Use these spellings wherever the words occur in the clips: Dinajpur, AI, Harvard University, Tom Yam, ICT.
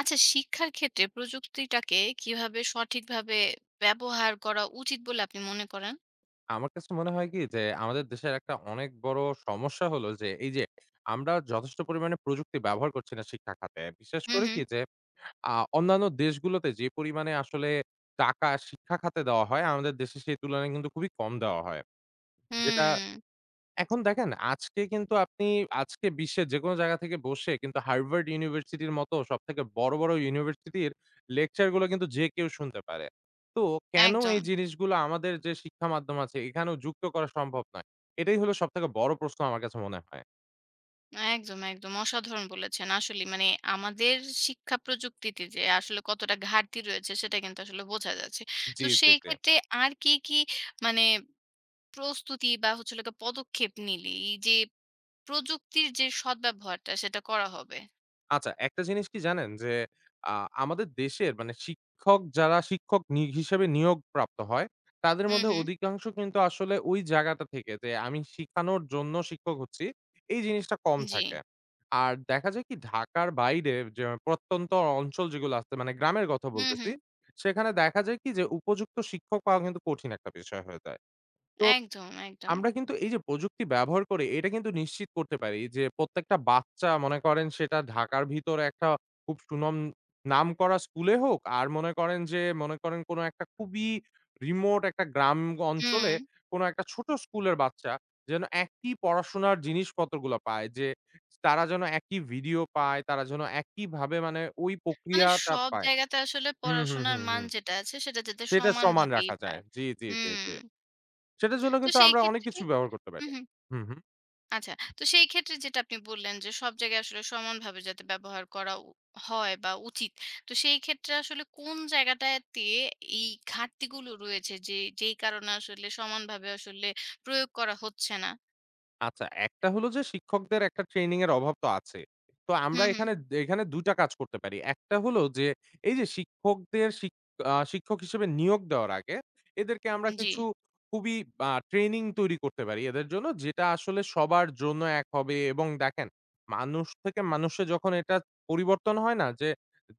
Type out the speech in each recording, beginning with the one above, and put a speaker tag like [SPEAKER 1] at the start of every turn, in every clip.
[SPEAKER 1] আচ্ছা, শিক্ষার ক্ষেত্রে প্রযুক্তিটাকে কিভাবে সঠিকভাবে ব্যবহার করা উচিত বলে আপনি মনে করেন?
[SPEAKER 2] আমার কাছে মনে হয় কি যে আমাদের দেশের একটা অনেক বড় সমস্যা হলো যে এই যে আমরা যথেষ্ট পরিমাণে প্রযুক্তি ব্যবহার করছি না শিক্ষা খাতে। বিশেষ
[SPEAKER 1] হুম,
[SPEAKER 2] করে
[SPEAKER 1] হুম।
[SPEAKER 2] কি যে আ অন্যান্য দেশগুলোতে যে পরিমাণে আসলে টাকা শিক্ষা খাতে দেওয়া হয় আমাদের দেশে সেই তুলনায় কিন্তু খুবই কম দেওয়া হয়। যেটা
[SPEAKER 1] হুম,
[SPEAKER 2] এখন দেখেন আজকে কিন্তু আজকে বিশ্বের যেকোনো জায়গা থেকে বসে কিন্তু হার্ভার্ড ইউনিভার্সিটির মতো সবথেকে বড়, বড় ইউনিভার্সিটির লেকচার গুলো কিন্তু যে কেউ শুনতে পারে। তো কেন
[SPEAKER 1] একদম,
[SPEAKER 2] এই জিনিসগুলো আমাদের যে শিক্ষা মাধ্যম আছে এখানেও যুক্ত করা সম্ভব নয়? এটাই হলো সবথেকে বড় প্রশ্ন আমার কাছে মনে হয়।
[SPEAKER 1] একদম, একদম অসাধারণ বলেছেন। আসলেই মানে আমাদের শিক্ষা প্রযুক্তিতে যে আসলে কতটা ঘাটতি রয়েছে সেটা কিন্তু আসলে বোঝা যাচ্ছে।
[SPEAKER 2] জি,
[SPEAKER 1] তো
[SPEAKER 2] জি,
[SPEAKER 1] সেই
[SPEAKER 2] জি।
[SPEAKER 1] ক্ষেত্রে আর কি মানে প্রস্তুতি বা হচ্ছে হলো গিয়ে পদক্ষেপ নিলে এই যে প্রযুক্তির যে সদ্ব্যবহারটা সেটা করা হবে?
[SPEAKER 2] আচ্ছা, একটা জিনিস কি জানেন? যে আ আমাদের দেশের মানে শিক্ষক যারা শিক্ষক নি হিসেবে নিয়োগপ্রাপ্ত হয়, তাদের
[SPEAKER 1] হুম,
[SPEAKER 2] মধ্যে
[SPEAKER 1] হুম।
[SPEAKER 2] অধিকাংশ কিন্তু আসলে ওই জায়গাটা থেকে যে আমি শিখানোর জন্য শিক্ষক হচ্ছি, এই জিনিসটা কম
[SPEAKER 1] জি।
[SPEAKER 2] থাকে। আর দেখা যায় কি ঢাকার বাইরে যে প্রত্যন্ত অঞ্চল যেগুলো আছে মানে গ্রামের কথা
[SPEAKER 1] হুম,
[SPEAKER 2] বলতেছি,
[SPEAKER 1] হুম।
[SPEAKER 2] সেখানে দেখা যায় কি যে উপযুক্ত শিক্ষক পাওয়া কিন্তু কঠিন একটা বিষয় হয়ে যায়। তো
[SPEAKER 1] একদম, একদম।
[SPEAKER 2] আমরা কিন্তু এই যে প্রযুক্তি ব্যবহার করে এটা কিন্তু নিশ্চিত করতে পারি যে প্রত্যেকটা বাচ্চা মনে করেন সেটা ঢাকার ভিতরে একটা খুব সুনাম নামকরা স্কুলে হোক আর মনে করেন যে মনে করেন কোনো একটা খুবই রিমোট একটা গ্রাম অঞ্চলে
[SPEAKER 1] হুম।
[SPEAKER 2] কোনো একটা ছোট স্কুলের বাচ্চা যেন একই পড়াশোনার জিনিসপত্রগুলো পায়। যে তারা যেন একই ভিডিও পায়, তারা যেন একইভাবে মানে ওই
[SPEAKER 1] মানে
[SPEAKER 2] প্রক্রিয়াটা
[SPEAKER 1] সব
[SPEAKER 2] পায়।
[SPEAKER 1] জায়গাতে আসলে
[SPEAKER 2] হুম, হুম,
[SPEAKER 1] পড়াশোনার
[SPEAKER 2] হুম,
[SPEAKER 1] মান
[SPEAKER 2] হুম।
[SPEAKER 1] যেটা আছে সেটা যাতে
[SPEAKER 2] সেটা সমান
[SPEAKER 1] সমানভাবেই
[SPEAKER 2] রাখা যায়।
[SPEAKER 1] পায়।
[SPEAKER 2] জি, জি, জি,
[SPEAKER 1] হুম।
[SPEAKER 2] জি। সেটার জন্য
[SPEAKER 1] তো
[SPEAKER 2] কিন্তু
[SPEAKER 1] সেই
[SPEAKER 2] আমরা অনেক
[SPEAKER 1] ক্ষেত্রে কি
[SPEAKER 2] কিছু ব্যবহার করতে
[SPEAKER 1] হুম,
[SPEAKER 2] পারি।
[SPEAKER 1] হুম।
[SPEAKER 2] হুম, হুম।
[SPEAKER 1] আচ্ছা। তো সেই ক্ষেত্রে যেটা আপনি বললেন যে সব জায়গায় আসলে সমানভাবে যাতে ব্যবহার করা হয় বা উচিত। তো সেই ক্ষেত্রে আসলে কোন জায়গাটাতে এই ঘাটতিগুলো রয়েছে যেই কারণে আসলে সমানভাবে আসলে প্রয়োগ করা হচ্ছে না?
[SPEAKER 2] আচ্ছা, একটা হলো যে শিক্ষকদের একটা ট্রেনিং এর অভাব তো আছে। তো আমরা
[SPEAKER 1] হুম, হুম।
[SPEAKER 2] এখানে এখানে ২ টা কাজ করতে পারি। একটা হলো যে এই যে শিক্ষকদের শিক আ শিক্ষক হিসেবে নিয়োগ দেওয়ার আগে এদেরকে আমরা
[SPEAKER 1] জি।
[SPEAKER 2] কিছু খুবই ট্রেনিং তৈরি করতে পারি এদের জন্য যেটা আসলে সবার জন্য এক হবে এবং দেখেন মানুষ থেকে মানুষে যখন এটা পরিবর্তন হয় না যে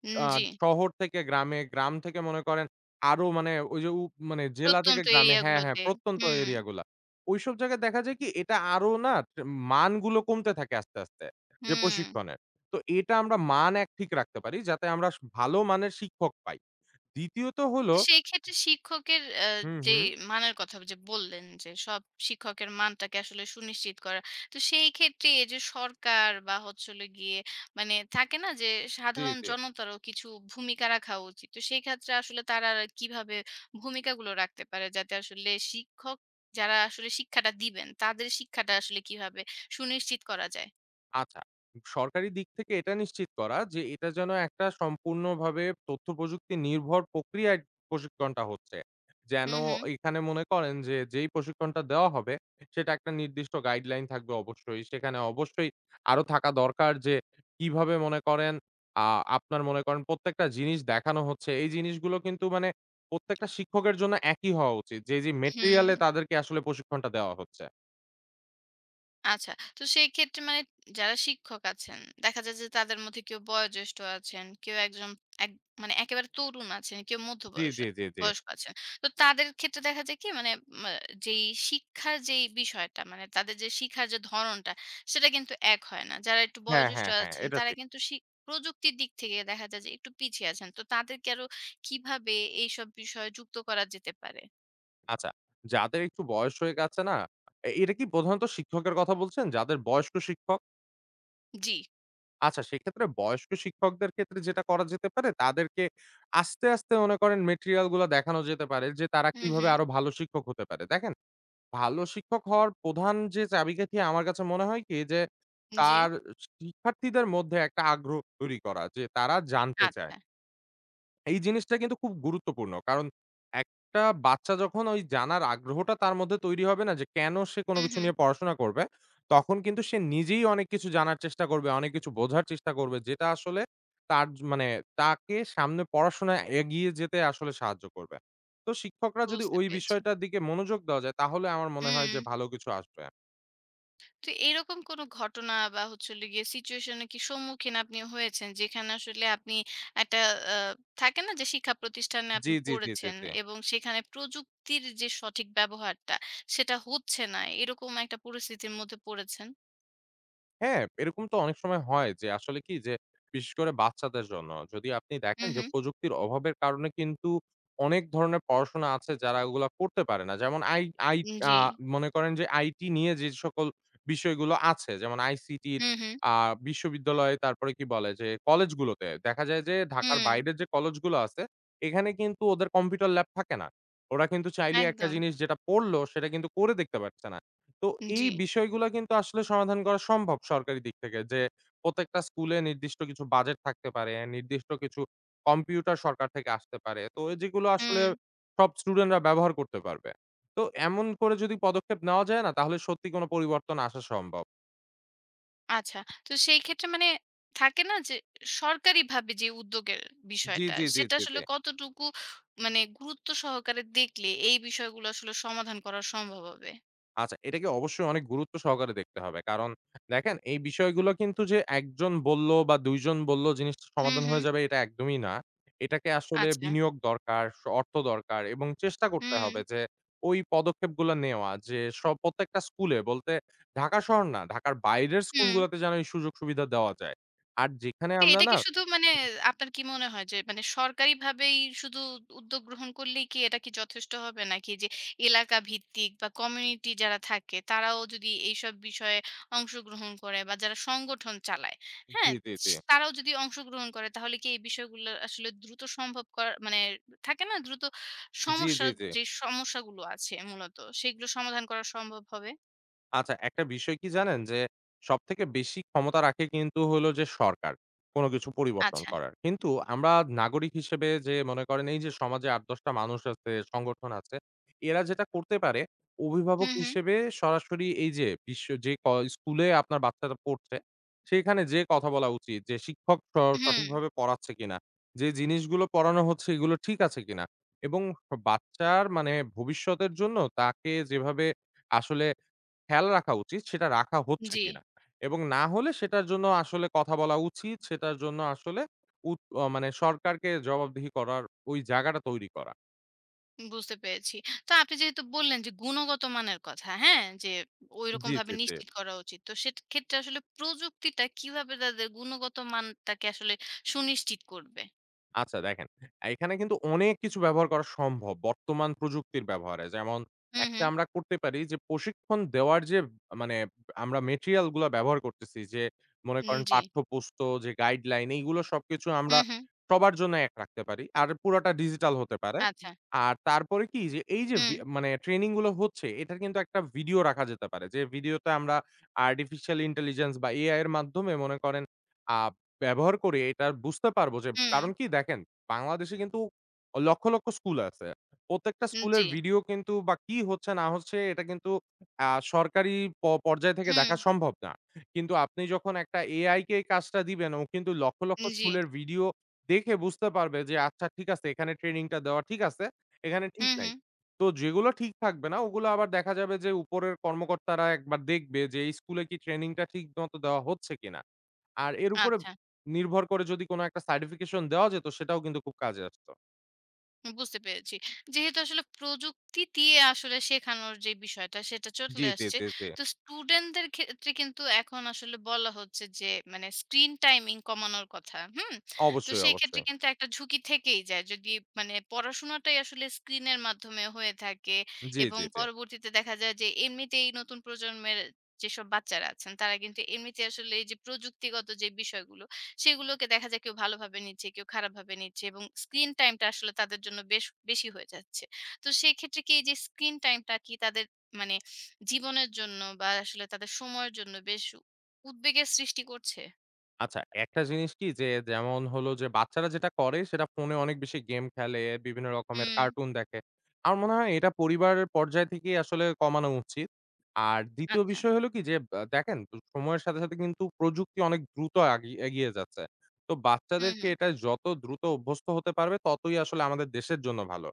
[SPEAKER 2] আ
[SPEAKER 1] জি।
[SPEAKER 2] শহর থেকে গ্রামে, গ্রাম থেকে মনে করেন আরো মানে ওই যে, উ মানে জেলা থেকে
[SPEAKER 1] প্রত্যন্ত
[SPEAKER 2] গ্রামে হ্যাঁ, হ্যাঁ,
[SPEAKER 1] এরিয়াগুলোতে।
[SPEAKER 2] প্রত্যন্ত
[SPEAKER 1] হুম,
[SPEAKER 2] এরিয়াগুলা। ওইসব জায়গায় দেখা যায় কি এটা আরো মানগুলো কমতে থাকে আস্তে, আস্তে যে,
[SPEAKER 1] হুম।
[SPEAKER 2] প্রশিক্ষণের। তো এটা আমরা মান এক ঠিক রাখতে পারি যাতে আমরা ভালো মানের শিক্ষক পাই। দ্বিতীয়ত হলো
[SPEAKER 1] তো সেই ক্ষেত্রে শিক্ষকের
[SPEAKER 2] হুম,
[SPEAKER 1] যে
[SPEAKER 2] হুম।
[SPEAKER 1] মানের কথা যে বললেন যে সব শিক্ষকের মানটাকে আসলে সুনিশ্চিত করা। তো সেই ক্ষেত্রে এই যে সরকার বা হচ্ছে হলো গিয়ে মানে থাকে না যে
[SPEAKER 2] জি,
[SPEAKER 1] সাধারণ
[SPEAKER 2] জি।
[SPEAKER 1] জনতারও কিছু ভূমিকা রাখা উচিত। তো সেই ক্ষেত্রে আসলে তারা কিভাবে ভূমিকাগুলো রাখতে পারে যাতে আসলে শিক্ষক যারা আসলে শিক্ষাটা দিবেন তাদের শিক্ষাটা আসলে কিভাবে সুনিশ্চিত করা যায়?
[SPEAKER 2] আচ্ছা। সরকারি দিক থেকে এটা নিশ্চিত করা যে এটা যেন একটা সম্পূর্ণভাবে তথ্য প্রযুক্তি নির্ভর প্রক্রিয়ায় প্রশিক্ষণটা হচ্ছে। যেন
[SPEAKER 1] হু, হু,
[SPEAKER 2] এখানে মনে করেন যে যেই প্রশিক্ষণটা দেওয়া হবে সেটা একটা নির্দিষ্ট গাইডলাইন থাকবে অবশ্যই। সেখানে অবশ্যই আরো থাকা দরকার যে কিভাবে মনে করেন আ আপনার মনে করেন প্রত্যেকটা জিনিস দেখানো হচ্ছে। এই জিনিসগুলো কিন্তু মানে প্রত্যেকটা শিক্ষকের জন্য একই হওয়া উচিত। যে, যে মেটেরিয়াল
[SPEAKER 1] হুম।
[SPEAKER 2] এ তাদেরকে আসলে প্রশিক্ষণটা দেওয়া হচ্ছে।
[SPEAKER 1] আচ্ছা। তো সেই ক্ষেত্রে মানে যারা শিক্ষক আছেন, দেখা যায় যে তাদের মধ্যে কেউ বয়োজ্যেষ্ঠ আছেন, কেউ একজন এক মানে একেবারে তরুণ আছেন, কেউ মধ্য
[SPEAKER 2] জি,
[SPEAKER 1] বয়স
[SPEAKER 2] জি, জি, জি।
[SPEAKER 1] বয়স্ক আছেন। তো তাদের ক্ষেত্রে দেখা যায় কি মানে মা যেই শিক্ষার যেই বিষয়টা মানে তাদের যে শিখার যে ধরনটা সেটা কিন্তু এক হয় না। যারা একটু
[SPEAKER 2] হ্যাঁ,
[SPEAKER 1] বয়োজ্যেষ্ঠ
[SPEAKER 2] হ্যাঁ, হ্যাঁ।
[SPEAKER 1] আছেন
[SPEAKER 2] এটা
[SPEAKER 1] তারা
[SPEAKER 2] ঠিক।
[SPEAKER 1] কিন্তু প্রযুক্তির দিক থেকে দেখা যায় যে একটু পিছিয়ে আছেন। তো তাদেরকে আরো কিভাবে এইসব বিষয়ে যুক্ত করা যেতে পারে?
[SPEAKER 2] আচ্ছা, যাদের একটু বয়স হয়ে গেছে না, এটা কি প্রধানত শিক্ষকের কথা বলছেন? যাদের বয়স্ক শিক্ষক?
[SPEAKER 1] জি।
[SPEAKER 2] আচ্ছা, সেক্ষেত্রে বয়স্ক শিক্ষকদের ক্ষেত্রে যেটা করা যেতে পারে, তাদেরকে আস্তে, আস্তে মনে করেন মেটেরিয়াল গুলা দেখানো যেতে পারে যে, তারা
[SPEAKER 1] হু,
[SPEAKER 2] কিভাবে
[SPEAKER 1] হু।
[SPEAKER 2] আরো ভালো শিক্ষক হতে পারে। দেখেন, ভালো শিক্ষক হওয়ার প্রধান যে চাবিকাঠি আমার কাছে মনে হয় কি যে,
[SPEAKER 1] জি।
[SPEAKER 2] তার শিক্ষার্থীদের মধ্যে একটা আগ্রহ তৈরি করা যে, তারা জানতে চায়।
[SPEAKER 1] আচ্ছা।
[SPEAKER 2] এই জিনিসটা কিন্তু খুব গুরুত্বপূর্ণ। কারণ একটা বাচ্চা যখন ওই জানার আগ্রহটা তার মধ্যে তৈরি হবে না যে কেন সে কোনো
[SPEAKER 1] হু,
[SPEAKER 2] কিছু
[SPEAKER 1] হু।
[SPEAKER 2] নিয়ে পড়াশোনা করবে, তখন কিন্তু সে নিজেই অনেক কিছু জানার চেষ্টা করবে, অনেক কিছু বোঝার চেষ্টা করবে যেটা আসলে তার জ মানে তাকে সামনে পড়াশোনায় এগিয়ে যেতে আসলে সাহায্য করবে। তো শিক্ষকরা যদি
[SPEAKER 1] বুঝতে
[SPEAKER 2] ওই
[SPEAKER 1] পেরেছি।
[SPEAKER 2] বিষয়টার দিকে মনোযোগ দেওয়া যায় তাহলে আমার মনে হয়
[SPEAKER 1] হুম।
[SPEAKER 2] যে ভালো কিছু আসবে।
[SPEAKER 1] তো এরকম কোনো ঘটনা বা হচ্ছে হলো গিয়ে সিচুয়েশন এর কি সম্মুখীন আপনি হয়েছেন? যেখানে আসলে আপনি একটা আ থাকে না যে শিক্ষা প্রতিষ্ঠানে
[SPEAKER 2] জি,
[SPEAKER 1] আপনি
[SPEAKER 2] জি, জি, জি,
[SPEAKER 1] পড়েছেন
[SPEAKER 2] জি।
[SPEAKER 1] এবং সেখানে প্রযুক্তির যে সঠিক ব্যবহারটা সেটা হচ্ছে না। এরকম একটা পরিস্থিতির মধ্যে পড়েছেন?
[SPEAKER 2] হ্যাঁ, এরকম তো অনেক সময় হয় যে আসলে কি যে বিশেষ করে বাচ্চাদের জন্য যদি আপনি
[SPEAKER 1] হু,
[SPEAKER 2] দেখেন যে
[SPEAKER 1] হু।
[SPEAKER 2] প্রযুক্তির অভাবের কারণে কিন্তু অনেক ধরনের পড়াশোনা আছে যারা ওগুলা করতে পারে না। যেমন আই আই আ
[SPEAKER 1] জি।
[SPEAKER 2] মনে করেন যে আইটি নিয়ে যে সকল বিষয়গুলো আছে যেমন আইসিটির
[SPEAKER 1] হু, হু।
[SPEAKER 2] আ বিশ্ববিদ্যালয়ে তারপরে কি বলে যে কলেজগুলোতে দেখা যায় যে ঢাকার
[SPEAKER 1] হুম।
[SPEAKER 2] বাইরের যে কলেজগুলো আছে এখানে কিন্তু ওদের কম্পিউটার ল্যাব থাকে না। ওরা কিন্তু চাইলে একটা
[SPEAKER 1] একদম।
[SPEAKER 2] জিনিস যেটা পড়লো সেটা কিন্তু করে দেখতে পারছে না। তো এই
[SPEAKER 1] জি।
[SPEAKER 2] বিষয়গুলা কিন্তু আসলে সমাধান করা সম্ভব সরকারি দিক থেকে। যে প্রত্যেকটা স্কুলে নির্দিষ্ট কিছু বাজেট থাকতে পারে, নির্দিষ্ট কিছু কম্পিউটার সরকার থেকে আসতে পারে। তো এ যেগুলো আসলে
[SPEAKER 1] হুম।
[SPEAKER 2] সব স্টুডেন্টরা ব্যবহার করতে পারবে। তো এমন করে যদি পদক্ষেপ নেওয়া যায় না তাহলে সত্যি কোনো পরিবর্তন আসা সম্ভব।
[SPEAKER 1] আচ্ছা। তো সেই ক্ষেত্রে মানে থাকে না যে সরকারিভাবে যে উদ্যোগের
[SPEAKER 2] জি,
[SPEAKER 1] বিষয়টা,
[SPEAKER 2] জি, জি,
[SPEAKER 1] সেটা
[SPEAKER 2] জি, জি।
[SPEAKER 1] আসলে কতটুকু মানে গুরুত্ব সহকারে দেখলে এই বিষয়গুলো আসলে সমাধান করা সম্ভব হবে?
[SPEAKER 2] আচ্ছা, এটাকে অবশ্যই অনেক গুরুত্ব সহকারে দেখতে হবে। কারণ দেখেন এই বিষয়গুলো কিন্তু যে একজন বলল বা ২ জন বলল জিনিসটা
[SPEAKER 1] হুম,
[SPEAKER 2] সমাধান
[SPEAKER 1] হুম।
[SPEAKER 2] হয়ে যাবে এটা একদমই না। এটাকে আসলে
[SPEAKER 1] আচ্ছা।
[SPEAKER 2] বিনিয়োগ দরকার, অর্থ দরকার এবং চেষ্টা করতে
[SPEAKER 1] হুম,
[SPEAKER 2] হবে যে ওই পদক্ষেপগুলো নেওয়া যে প্রত্যেকটা স্কুলে বলতে ঢাকা শহর না, ঢাকার বাইরের
[SPEAKER 1] হুম।
[SPEAKER 2] স্কুলগুলোতে যেন এই সুযোগ সুবিধা দেওয়া যায়। আর যেখানে
[SPEAKER 1] তো
[SPEAKER 2] আমরা
[SPEAKER 1] এটা
[SPEAKER 2] না
[SPEAKER 1] কি শুধু মানে আপনার কি মনে হয় যে মানে সরকারিভাবেই শুধু উদ্যোগ গ্রহণ করলেই কি এটা কি যথেষ্ট হবে? নাকি যে এলাকা ভিত্তিক বা কমিউনিটি যারা থাকে তারাও যদি এইসব বিষয়ে অংশগ্রহণ করে বা যারা সংগঠন চালায়,
[SPEAKER 2] জি,
[SPEAKER 1] হ্যাঁ?
[SPEAKER 2] জি, জি।
[SPEAKER 1] তারাও যদি অংশগ্রহণ করে তাহলে কি এই বিষয়গুলো আসলে দ্রুত সম্ভব করা মানে থাকে না দ্রুত
[SPEAKER 2] জি,
[SPEAKER 1] সমস্যা
[SPEAKER 2] জি, জি।
[SPEAKER 1] যে সমস্যাগুলো আছে মূলত সেগুলো সমাধান করা সম্ভব হবে?
[SPEAKER 2] আচ্ছা, একটা বিষয় কি জানেন? যে সবথেকে বেশি ক্ষমতা রাখে কিন্তু হলো যে সরকার, কোন কিছু পরিবর্তন
[SPEAKER 1] আচ্ছা।
[SPEAKER 2] করার। কিন্তু আমরা নাগরিক হিসেবে যে মনে করেন এই যে সমাজে ৮-১০ টা মানুষ আছে, সংগঠন আছে, এরা যেটা করতে পারে অভিভাবক
[SPEAKER 1] হুম, হুম।
[SPEAKER 2] হিসেবে সরাসরি এই যে বিশ্ব যে ক স্কুলে আপনার বাচ্চাটা পড়ছে, সেখানে যেয়ে কথা বলা উচিত যে শিক্ষক
[SPEAKER 1] হুম,
[SPEAKER 2] সঠিকভাবে পড়াচ্ছে কিনা? যে জিনিসগুলো পড়ানো হচ্ছে এগুলো ঠিক আছে কিনা? এবং বাচ্চার মানে ভবিষ্যতের জন্য তাকে যেভাবে আসলে খেয়াল রাখা উচিত সেটা রাখা হচ্ছে
[SPEAKER 1] জি।
[SPEAKER 2] কিনা। এবং না হলে সেটার জন্য আসলে কথা বলা উচিত। সেটার জন্য আসলে উত অ মানে সরকারকে জবাবদিহি করার ওই জায়গাটা তৈরি করা।
[SPEAKER 1] বুঝতে পেরেছি। তো আপনি যেহেতু বললেন যে গুণগত মানের কথা, হ্যাঁ? যে
[SPEAKER 2] জি,
[SPEAKER 1] ঐরকমভাবে
[SPEAKER 2] জি, জি।
[SPEAKER 1] নিশ্চিত করা উচিত। তো সেক্ষেত্রে আসলে প্রযুক্তিটা কিভাবে তাদের গুণগত মানটাকে আসলে সুনিশ্চিত করবে?
[SPEAKER 2] আচ্ছা দেখেন, এখানে কিন্তু অনেক কিছু ব্যবহার করা সম্ভব বর্তমান প্রযুক্তির ব্যবহারে। যেমন
[SPEAKER 1] হুম,
[SPEAKER 2] একটা
[SPEAKER 1] হুম।
[SPEAKER 2] আমরা করতে পারি যে প্রশিক্ষণ দেওয়ার যে মানে আমরা মেটেরিয়াল গুলা ব্যবহার করতেছি যে মনে করেন
[SPEAKER 1] জি।
[SPEAKER 2] যে গাইডলাইন এইগুলো সবকিছু আমরা
[SPEAKER 1] হুম, হুম।
[SPEAKER 2] সবার জন্য এক রাখতে পারি। আর পুরাটা ডিজিটাল হতে পারে।
[SPEAKER 1] আচ্ছা।
[SPEAKER 2] আর তারপরে কি যে এই যে
[SPEAKER 1] হুম,
[SPEAKER 2] মানে ট্রেনিং গুলো হচ্ছে এটার কিন্তু একটা ভিডিও রাখা যেতে পারে। যে ভিডিওতে আমরা আর্টিফিশিয়াল ইন্টেলিজেন্স বা AI এর মাধ্যমে মনে করেন আ ব্যবহার করে এটা বুঝতে পারবো যে
[SPEAKER 1] হুম।
[SPEAKER 2] কারণ কি দেখেন, বাংলাদেশে কিন্তু লক্ষ, লক্ষ স্কুল আছে। প্রত্যেকটা স্কুলের
[SPEAKER 1] জি।
[SPEAKER 2] ভিডিও কিন্তু বা কি হচ্ছে না হচ্ছে এটা কিন্তু সরকারি পর্যায় থেকে
[SPEAKER 1] হুম,
[SPEAKER 2] দেখা সম্ভব না। কিন্তু আপনি যখন একটা AI কে এই কাজটা দিবেন, ও কিন্তু লক্ষ, লক্ষ
[SPEAKER 1] জি।
[SPEAKER 2] স্কুলের ভিডিও দেখে বুঝতে পারবে যে আচ্ছা ঠিক আছে এখানে ট্রেনিংটা দেওয়া ঠিক আছে, এখানে ঠিক
[SPEAKER 1] হুম,
[SPEAKER 2] নাই।
[SPEAKER 1] হুম।
[SPEAKER 2] তো যেগুলো ঠিক থাকবে না ওগুলো আবার দেখা যাবে যে উপরের কর্মকর্তারা একবার দেখবে যে এই স্কুলে কি ট্রেনিংটা ঠিক মতো দেওয়া হচ্ছে কিনা। আর এর উপরে
[SPEAKER 1] আচ্ছা।
[SPEAKER 2] নির্ভর করে যদি কোন একটা সার্টিফিকেশন দেওয়া যেত সেটাও কিন্তু খুব কাজে আসতো।
[SPEAKER 1] বুঝতে পেরেছি। যেহেতু আসলে প্রযুক্তি দিয়ে আসলে শেখানোর যে বিষয়টা সেটা
[SPEAKER 2] জি,
[SPEAKER 1] চলে
[SPEAKER 2] জি,
[SPEAKER 1] আসছে।
[SPEAKER 2] জি, জি।
[SPEAKER 1] তো স্টুডেন্টদের ক্ষেত্রে কিন্তু এখন আসলে বলা হচ্ছে যে মানে স্ক্রিন টাইমিং কমানোর কথা। হুম? তো
[SPEAKER 2] অবশ্যই,
[SPEAKER 1] সেক্ষেত্রে
[SPEAKER 2] অবশ্যই।
[SPEAKER 1] কিন্তু একটা ঝুঁকি থেকেই যায়। যদি মানে পড়াশোনাটাই আসলে স্ক্রিনের মাধ্যমে হয়ে থাকে
[SPEAKER 2] জি,
[SPEAKER 1] এবং
[SPEAKER 2] জি, জি।
[SPEAKER 1] পরবর্তীতে দেখা যায় যে এমনিতেই নতুন প্রজন্মের যেসব বাচ্চারা আছেন তারা কিন্তু এমনিতে আসলে এই যে প্রযুক্তিগত যে বিষয়গুলো সেগুলোকে দেখা যায় কেউ ভালোভাবে নিচ্ছে, কেউ খারাপভাবে নিচ্ছে এবং স্ক্রিন টাইমটা আসলে তাদের জন্য বেশ বেশি হয়ে যাচ্ছে। তো সেক্ষেত্রে কি এই যে স্ক্রিন টাইমটা কি তাদের মানে জীবনের জন্য বা আসলে তাদের সময়ের জন্য বেশ উদ্বেগের সৃষ্টি করছে?
[SPEAKER 2] আচ্ছা একটা জিনিস কি যে যেমন হলো যে বাচ্চারা যেটা করে সেটা ফোনে অনেক বেশি গেম খেলে, বিভিন্ন রকমের
[SPEAKER 1] হুম,
[SPEAKER 2] কার্টুন দেখে। আমার মনে হয় এটা পরিবারের পর্যায় থেকেই আসলে কমানো উচিত। আর ২য়
[SPEAKER 1] আচ্ছা।
[SPEAKER 2] বিষয় হলো কি যে দেখেন সময়ের সাথে, সাথে কিন্তু প্রযুক্তি অনেক দ্রুত এগিয়ে যাচ্ছে। তো
[SPEAKER 1] হুম,
[SPEAKER 2] বাচ্চাদেরকে
[SPEAKER 1] হুম।
[SPEAKER 2] এটা যত দ্রুত অভ্যস্ত হতে পারবে ততই আসলে আমাদের দেশের জন্য ভালো।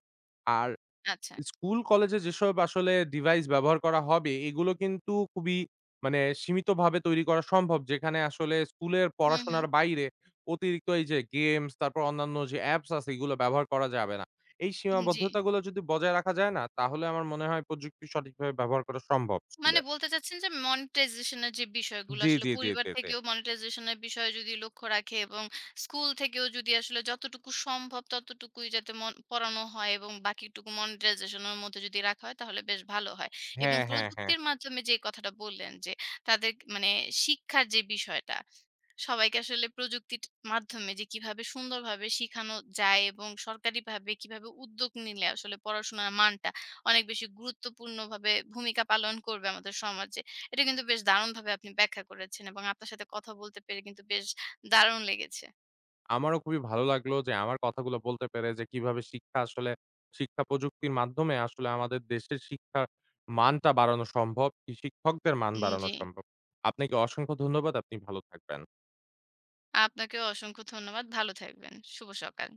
[SPEAKER 2] আর
[SPEAKER 1] আচ্ছা।
[SPEAKER 2] স্কুল কলেজে যেসব আসলে ডিভাইস ব্যবহার করা হবে, এগুলো কিন্তু খুবই মানে সীমিতভাবে তৈরি করা সম্ভব। যেখানে আসলে স্কুলের
[SPEAKER 1] হুম, হুম।
[SPEAKER 2] পড়াশোনার বাইরে অতিরিক্ত এই যে গেমস, তারপর অন্যান্য যে অ্যাপস আছে এগুলো ব্যবহার করা যাবে না। এই
[SPEAKER 1] জি।
[SPEAKER 2] সীমাবদ্ধতাগুলো যদি বজায় রাখা যায় না, তাহলে আমার মনে হয় প্রযুক্তি সঠিকভাবে ব্যবহার করা সম্ভব
[SPEAKER 1] মানে
[SPEAKER 2] স্কুলে।
[SPEAKER 1] বলতে চাচ্ছেন যে মনিটাইজেশন এর যে বিষয়গুলো
[SPEAKER 2] জি,
[SPEAKER 1] আসলে
[SPEAKER 2] জি, জি,
[SPEAKER 1] পরিবার
[SPEAKER 2] জি, জি।
[SPEAKER 1] থেকেও মনিটাইজেশন এর বিষয়ে যদি লক্ষ্য রাখে এবং স্কুল থেকেও যদি আসলে যতটুকু সম্ভব ততটুকুই যাতে পড়ানো হয় এবং বাকিটুকু মনিটাইজেশনের মধ্যে যদি রাখা হয় তাহলে বেশ ভালো হয় এবং
[SPEAKER 2] হ্যাঁ, হ্যাঁ, হ্যাঁ।
[SPEAKER 1] প্রযুক্তির মাধ্যমে যে কথাটা বললেন যে তাদের মানে শিক্ষার যে বিষয়টা সবাইকে আসলে প্রযুক্তির মাধ্যমে যে কিভাবে সুন্দরভাবে শিখানো যায় এবং সরকারিভাবে কিভাবে উদ্যোগ নিলে আসলে পড়াশোনার মানটা অনেক বেশি গুরুত্বপূর্ণভাবে ভূমিকা পালন করবে আমাদের সমাজে। এটা কিন্তু বেশ দারুণভাবে আপনি ব্যাখ্যা করেছেন এবং আপনার সাথে কথা বলতে পেরে কিন্তু বেশ দারুণ লেগেছে।
[SPEAKER 2] আমারও খুবই ভালো লাগলো যে আমার কথাগুলো বলতে পেরে যে কিভাবে শিক্ষা আসলে শিক্ষা প্রযুক্তির মাধ্যমে আসলে আমাদের দেশের শিক্ষার মানটা বাড়ানো সম্ভব, কি শিক্ষকদের মান বাড়ানো
[SPEAKER 1] জি।
[SPEAKER 2] সম্ভব। আপনাকে অসংখ্য ধন্যবাদ। আপনি ভালো থাকবেন।
[SPEAKER 1] আপনাকেও অসংখ্য ধন্যবাদ। ভালো থাকবেন। শুভ সকাল।